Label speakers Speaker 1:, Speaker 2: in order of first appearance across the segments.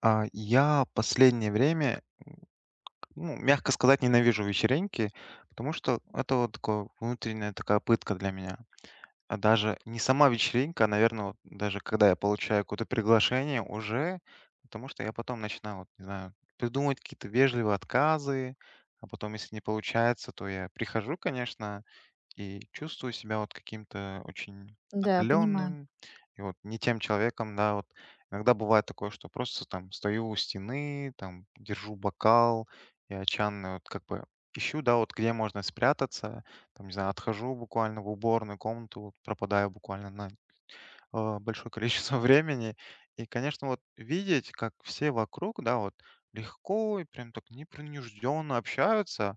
Speaker 1: Я последнее время, ну, мягко сказать, ненавижу вечеринки, потому что это вот такое внутренняя такая пытка для меня. А даже не сама вечеринка, а, наверно, вот даже когда я получаю какое-то приглашение уже, потому что я потом начинаю, вот не знаю, придумывать какие-то вежливые отказы, а потом, если не получается, то я прихожу, конечно, и чувствую себя вот каким-то очень
Speaker 2: Да, понимаю.
Speaker 1: отдаленным и вот не тем человеком, да. Вот иногда бывает такое, что просто там стою у стены, там держу бокал и отчаянно вот как бы ищу, да, вот где можно спрятаться. Там, не знаю, отхожу буквально в уборную комнату, вот пропадаю буквально на большое количество времени. И, конечно, вот видеть, как все вокруг, да, вот легко и прям так непринужденно общаются.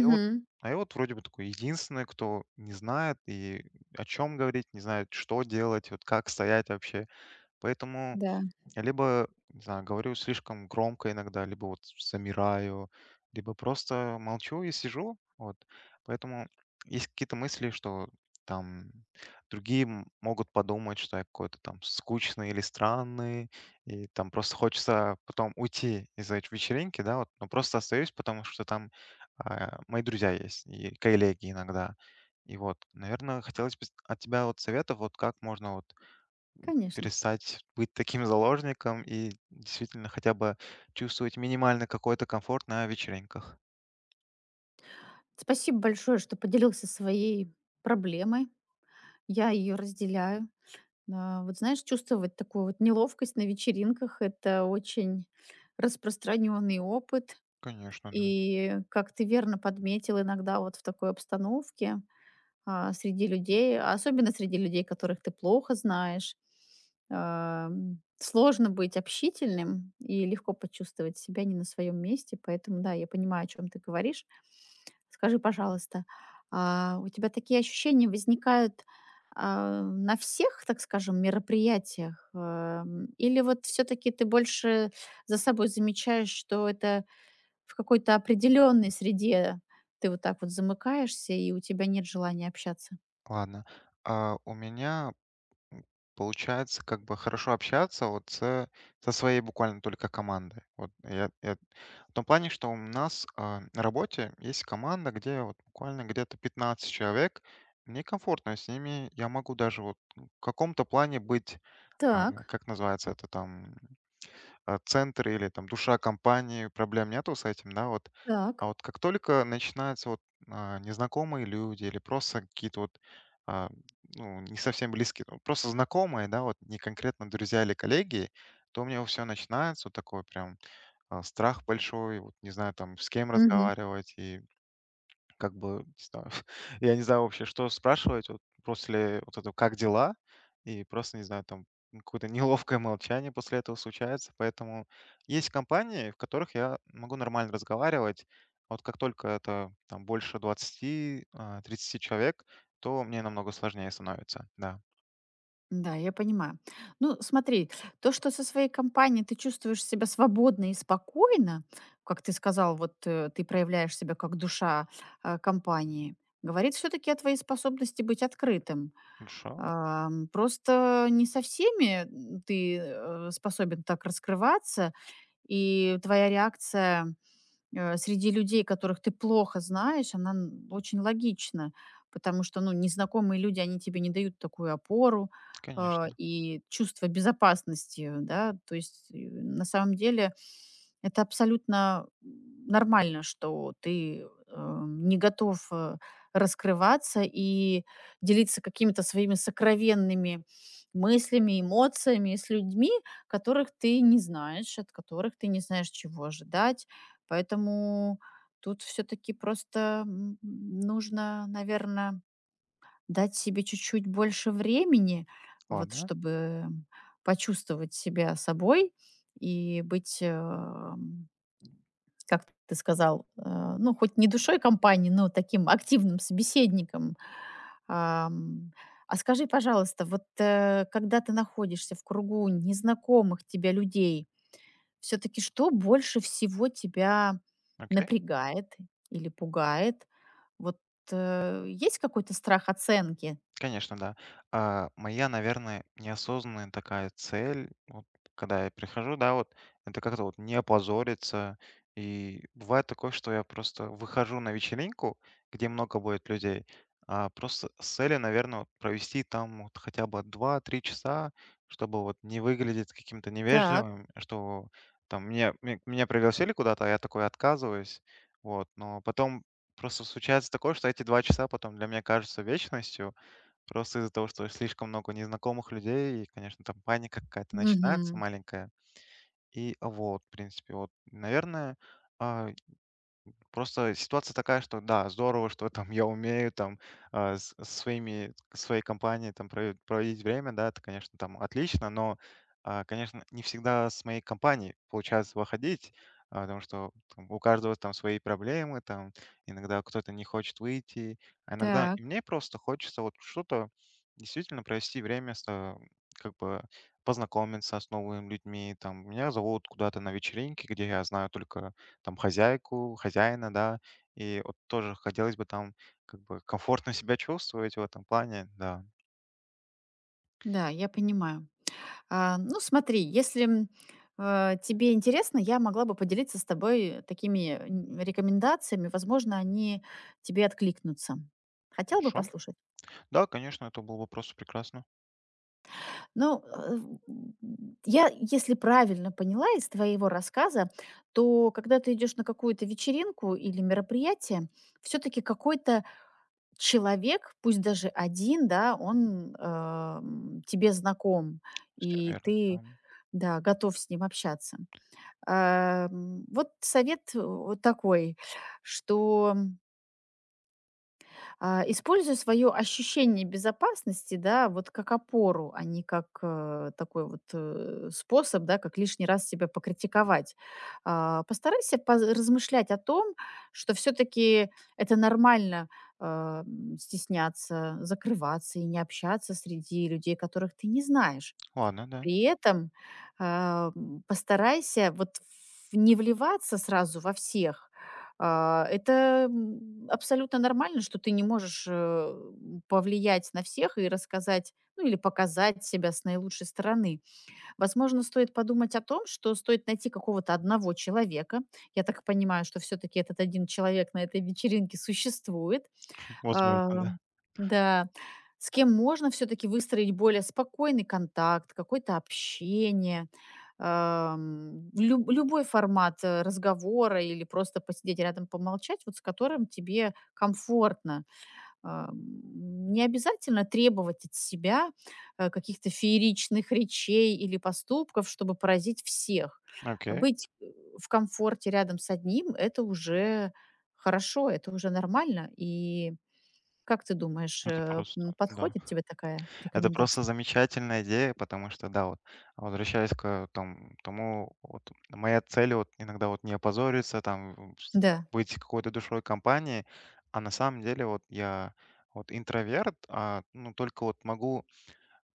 Speaker 1: И вот, а я вот вроде бы такой единственный, кто не знает и о чем говорить, не знает, что делать, вот как стоять вообще. Поэтому
Speaker 2: Да,
Speaker 1: я либо, не знаю, говорю слишком громко иногда, либо вот замираю, либо просто молчу и сижу. Вот. Поэтому есть какие-то мысли, что там могут подумать, что я какой-то там скучный или странный, и там просто хочется потом уйти из этой вечеринки, да, вот, но просто остаюсь, потому что там мои друзья есть, и коллеги иногда. И вот, наверное, хотелось бы от тебя вот советов, вот как можно вот
Speaker 2: конечно.
Speaker 1: перестать быть таким заложником и действительно хотя бы чувствовать минимально какой-то комфорт на вечеринках.
Speaker 2: Спасибо большое, что поделился своей проблемой. Я ее разделяю. Вот знаешь, чувствовать такую вот неловкость на вечеринках– это очень распространенный опыт.
Speaker 1: Конечно, да.
Speaker 2: И, как ты верно подметил, иногда вот в такой обстановке среди людей, особенно среди людей, которых ты плохо знаешь. Сложно быть общительным и легко почувствовать себя не на своем месте, поэтому да, я понимаю, о чем ты говоришь. Скажи, пожалуйста, у тебя такие ощущения возникают на всех, так скажем, мероприятиях? Или вот все-таки ты больше за собой замечаешь, что это в какой-то определенной среде ты вот так вот замыкаешься, и у тебя нет желания общаться.
Speaker 1: Ладно. А у меня м, получается как бы хорошо общаться со своей буквально только командой. В том плане, что у нас на работе есть команда, где вот буквально где-то 15 человек. Мне комфортно с ними. Я могу даже вот в каком-то плане быть,
Speaker 2: Так,
Speaker 1: как называется это там, центр или там душа компании, проблем нету с этим, да, вот.
Speaker 2: так.
Speaker 1: А вот как только начинаются вот незнакомые люди или просто какие-то вот, а, ну, не совсем близкие, ну, просто знакомые, да, вот не конкретно друзья или коллеги, то у меня все начинается, вот такой прям страх большой, вот не знаю там с кем
Speaker 2: Мгм.
Speaker 1: разговаривать и как бы, не знаю, я не знаю вообще, что спрашивать вот после вот этого "как дела?" И просто, не знаю, там ну, какое-то неловкое молчание после этого случается. Поэтому есть компании, в которых я могу нормально разговаривать. А вот как только это там больше двадцати, 30 человек, то мне намного сложнее становится. Да.
Speaker 2: Да, я понимаю. Ну, смотри, то, что со своей компанией ты чувствуешь себя свободно и спокойно, как ты сказал, вот ты проявляешь себя как душа компании, говорит все-таки о твоей способности быть открытым.
Speaker 1: Хорошо,
Speaker 2: Просто не со всеми ты способен так раскрываться, и твоя реакция среди людей, которых ты плохо знаешь, она очень логична, потому что, ну, незнакомые люди, они тебе не дают такую опору
Speaker 1: конечно.
Speaker 2: и чувство безопасности, да, то есть на самом деле это абсолютно нормально, что ты, не готов, раскрываться и делиться какими-то своими сокровенными мыслями, эмоциями с людьми, которых ты не знаешь, от которых ты не знаешь, чего ожидать. Поэтому тут все таки просто, нужно, наверное. Дать себе чуть-чуть больше времени, вот
Speaker 1: Ладно,
Speaker 2: чтобы почувствовать себя собой и быть, как ты сказал, ну, хоть не душой компании, но таким активным собеседником. Ам, а скажи, пожалуйста, вот когда ты находишься в кругу незнакомых тебя людей, все-таки что больше всего тебя
Speaker 1: окей.
Speaker 2: напрягает или пугает? Вот есть какой-то страх оценки?
Speaker 1: Конечно, да. Моя, наверное, неосознанная такая цель, вот, когда я прихожу, да, вот, это как-то вот не опозориться. И бывает такое, что я просто выхожу на вечеринку, где много будет людей, а просто с целью, наверное, вот провести там вот хотя бы два-три часа, чтобы вот не выглядеть каким-то
Speaker 2: Так.
Speaker 1: невежливым, что там меня пригласили куда-то, а я такой отказываюсь. Вот, но потом просто случается такое, что эти два часа потом для меня кажутся вечностью, просто из-за того, что слишком много незнакомых людей, и, конечно, там паника какая-то начинается
Speaker 2: Мгм.
Speaker 1: маленькая. И вот, в принципе, вот, наверное, а, просто ситуация такая, что да, здорово, что там я умею там а, с со своими своей компанией там проводить время, да, это, конечно, там отлично, но, конечно, не всегда с моей компанией получается выходить, потому что там у каждого там свои проблемы, там иногда кто-то не хочет выйти, а иногда
Speaker 2: Так.
Speaker 1: и мне просто хочется вот что-то действительно провести время с как бы познакомиться с новыми людьми, там меня зовут куда-то на вечеринки, где я знаю только там хозяйку, хозяина, да. И вот тоже хотелось бы там как бы комфортно себя чувствовать в этом плане, да.
Speaker 2: Да, я понимаю. Ну, смотри, если тебе интересно, я могла бы поделиться с тобой такими рекомендациями. Возможно, они тебе откликнутся. Хотела бы
Speaker 1: Хорошо.
Speaker 2: послушать.
Speaker 1: Да, конечно, это было бы просто прекрасно.
Speaker 2: Ну, я, если правильно поняла из твоего рассказа, то когда ты идешь на какую-то вечеринку или мероприятие, все-таки какой-то человек, пусть даже один, да, он, тебе знаком,
Speaker 1: Все
Speaker 2: и
Speaker 1: верно,
Speaker 2: ты,
Speaker 1: да.
Speaker 2: да, готов с ним общаться. Вот совет вот такой, что используя свое ощущение безопасности, да, вот как опору, а не как, такой вот, способ, да, как лишний раз себя покритиковать. Постарайся поз размышлять о том, что все таки это нормально, стесняться, закрываться и не общаться среди людей, которых ты не знаешь.
Speaker 1: Ладно, да.
Speaker 2: При этом, постарайся вот в не вливаться сразу во всех. Это, абсолютно нормально, что ты не можешь, повлиять на всех и рассказать, ну, или показать себя с наилучшей стороны. Возможно, стоит подумать о том, что стоит найти какого-то одного человека. Я так понимаю, что все таки этот один человек на этой вечеринке существует.
Speaker 1: Возможно, да.
Speaker 2: Ам, да. С кем можно все таки выстроить более спокойный контакт, какое-то общение, любой формат, разговора или просто посидеть рядом, помолчать, вот с которым тебе комфортно. Ам, не обязательно требовать от себя, каких-то фееричных речей или поступков, чтобы поразить всех.
Speaker 1: Окей.
Speaker 2: Быть, в комфорте рядом с одним- это уже хорошо, это уже нормально. И как ты думаешь,
Speaker 1: Это просто, да.
Speaker 2: подходит тебе такая
Speaker 1: Это просто
Speaker 2: рекомендация?
Speaker 1: замечательная идея, потому что, да, вот возвращаясь к там тому, вот моя цель вот иногда вот не опозориться, там, м, с
Speaker 2: Да,
Speaker 1: быть какой-то душой компании, а на самом деле вот я вот интроверт, а, ну, только вот могу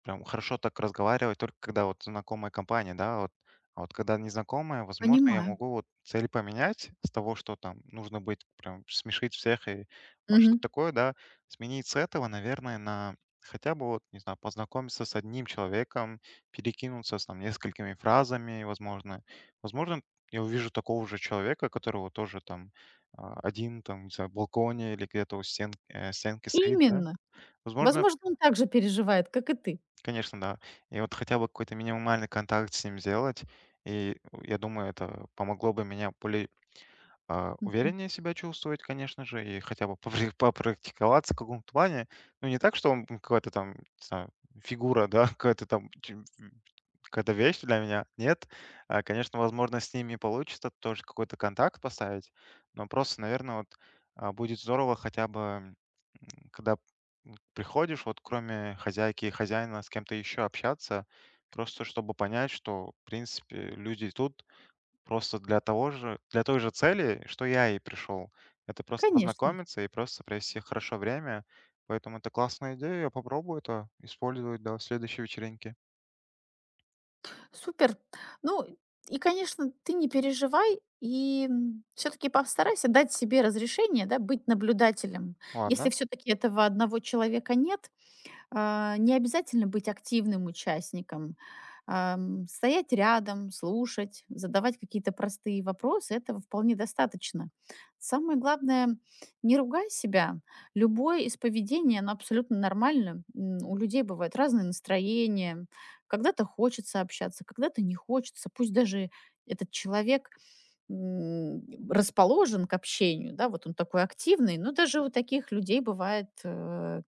Speaker 1: прям хорошо так разговаривать только когда вот знакомая компания, да, вот. А вот когда незнакомая, возможно, я
Speaker 2: понимаю.
Speaker 1: могу вот цель поменять с того, что там нужно быть прям смешить всех и вот
Speaker 2: Мгм.
Speaker 1: что-то такое, да, сменить с этого, наверное, на хотя бы вот, не знаю, познакомиться с одним человеком, перекинуться с там несколькими фразами, возможно. Возможно, я увижу такого же человека, которого тоже там один там, не знаю, в балконе или где-то у стенки стоит, да.
Speaker 2: Именно.
Speaker 1: Возможно,
Speaker 2: Возможно, он также переживает, как и ты.
Speaker 1: конечно, да. И вот хотя бы какой-то минимальный контакт с ним сделать, и э, я думаю, это помогло бы меня более
Speaker 2: Мгм.
Speaker 1: увереннее себя чувствовать, конечно же, и хотя бы попрактиковаться в каком-то плане. Ну, не так, что он какая-то там, не знаю, фигура, да, какая-то там какая-то вещь для меня. Нет. Конечно, возможно, с ними получится тоже какой-то контакт поставить, но просто, наверное, вот будет здорово хотя бы, м, когда м, приходишь, вот кроме хозяйки и хозяина, с кем-то еще общаться, просто чтобы понять, что, в принципе, люди тут просто для того же для той же цели, что я и пришел. Это просто
Speaker 2: Конечно.
Speaker 1: познакомиться и просто провести хорошо время. Поэтому это классная идея. Я попробую это использовать, да, в следующей вечеринке.
Speaker 2: Супер. Ну и, конечно, ты не переживай и все-таки постарайся дать себе разрешение, да, быть наблюдателем. Если
Speaker 1: Ладно,
Speaker 2: все-таки этого одного человека нет, не обязательно быть активным участником. Стоять рядом, слушать, задавать какие-то простые вопросы, этого вполне достаточно. Самое главное, не ругай себя. Любое из поведения, оно абсолютно нормально. У людей бывают разные настроения. Когда-то хочется общаться, когда-то не хочется. Пусть даже этот человек м, расположен к общению, да, вот он такой активный, но даже у таких людей бывает м,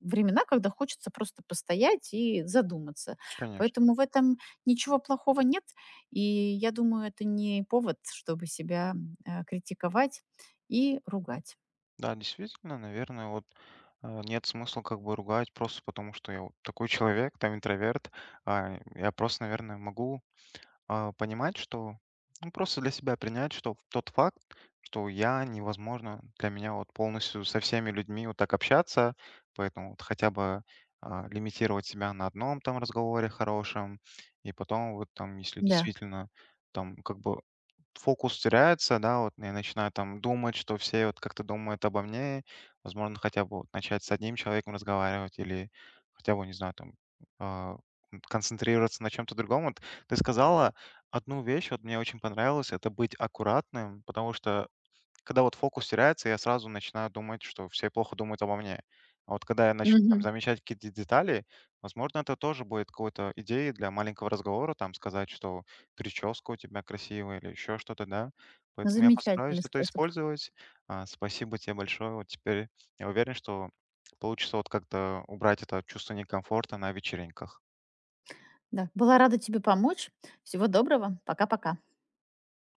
Speaker 2: времена, когда хочется просто постоять и задуматься.
Speaker 1: конечно.
Speaker 2: Поэтому в этом ничего плохого нет, и я думаю, это не повод, чтобы себя критиковать и ругать.
Speaker 1: Да, действительно, наверное, вот э, нет смысла как бы ругать просто потому, что я вот такой человек, там интроверт. Я просто, наверное, могу понимать, что ну, просто для себя принять, что тот факт, что я невозможно для меня вот полностью со всеми людьми вот так общаться, поэтому вот хотя бы лимитировать себя на одном там разговоре хорошем, и потом вот там, если
Speaker 2: Да,
Speaker 1: действительно там как бы фокус теряется, да, вот я начинаю там думать, что все вот как-то думают обо мне, возможно, хотя бы вот начать с одним человеком разговаривать или хотя бы, не знаю, там а, концентрироваться на чем-то другом. Вот ты сказала, одну вещь вот мне очень понравилось — это быть аккуратным, потому что когда вот фокус теряется, я сразу начинаю думать, что все плохо думают обо мне. А вот когда я начну там
Speaker 2: мгм.
Speaker 1: замечать какие-то детали, возможно, это тоже будет какой-то идеей для маленького разговора, там сказать, что прическа у тебя красивая или еще что-то, да. Поэтому я постараюсь
Speaker 2: Замечательный
Speaker 1: это
Speaker 2: способ.
Speaker 1: использовать. Спасибо тебе большое. Вот теперь я уверен, что получится вот как-то убрать это чувство некомфорта на вечеринках.
Speaker 2: Да, была рада тебе помочь. Всего доброго. Пока-пока.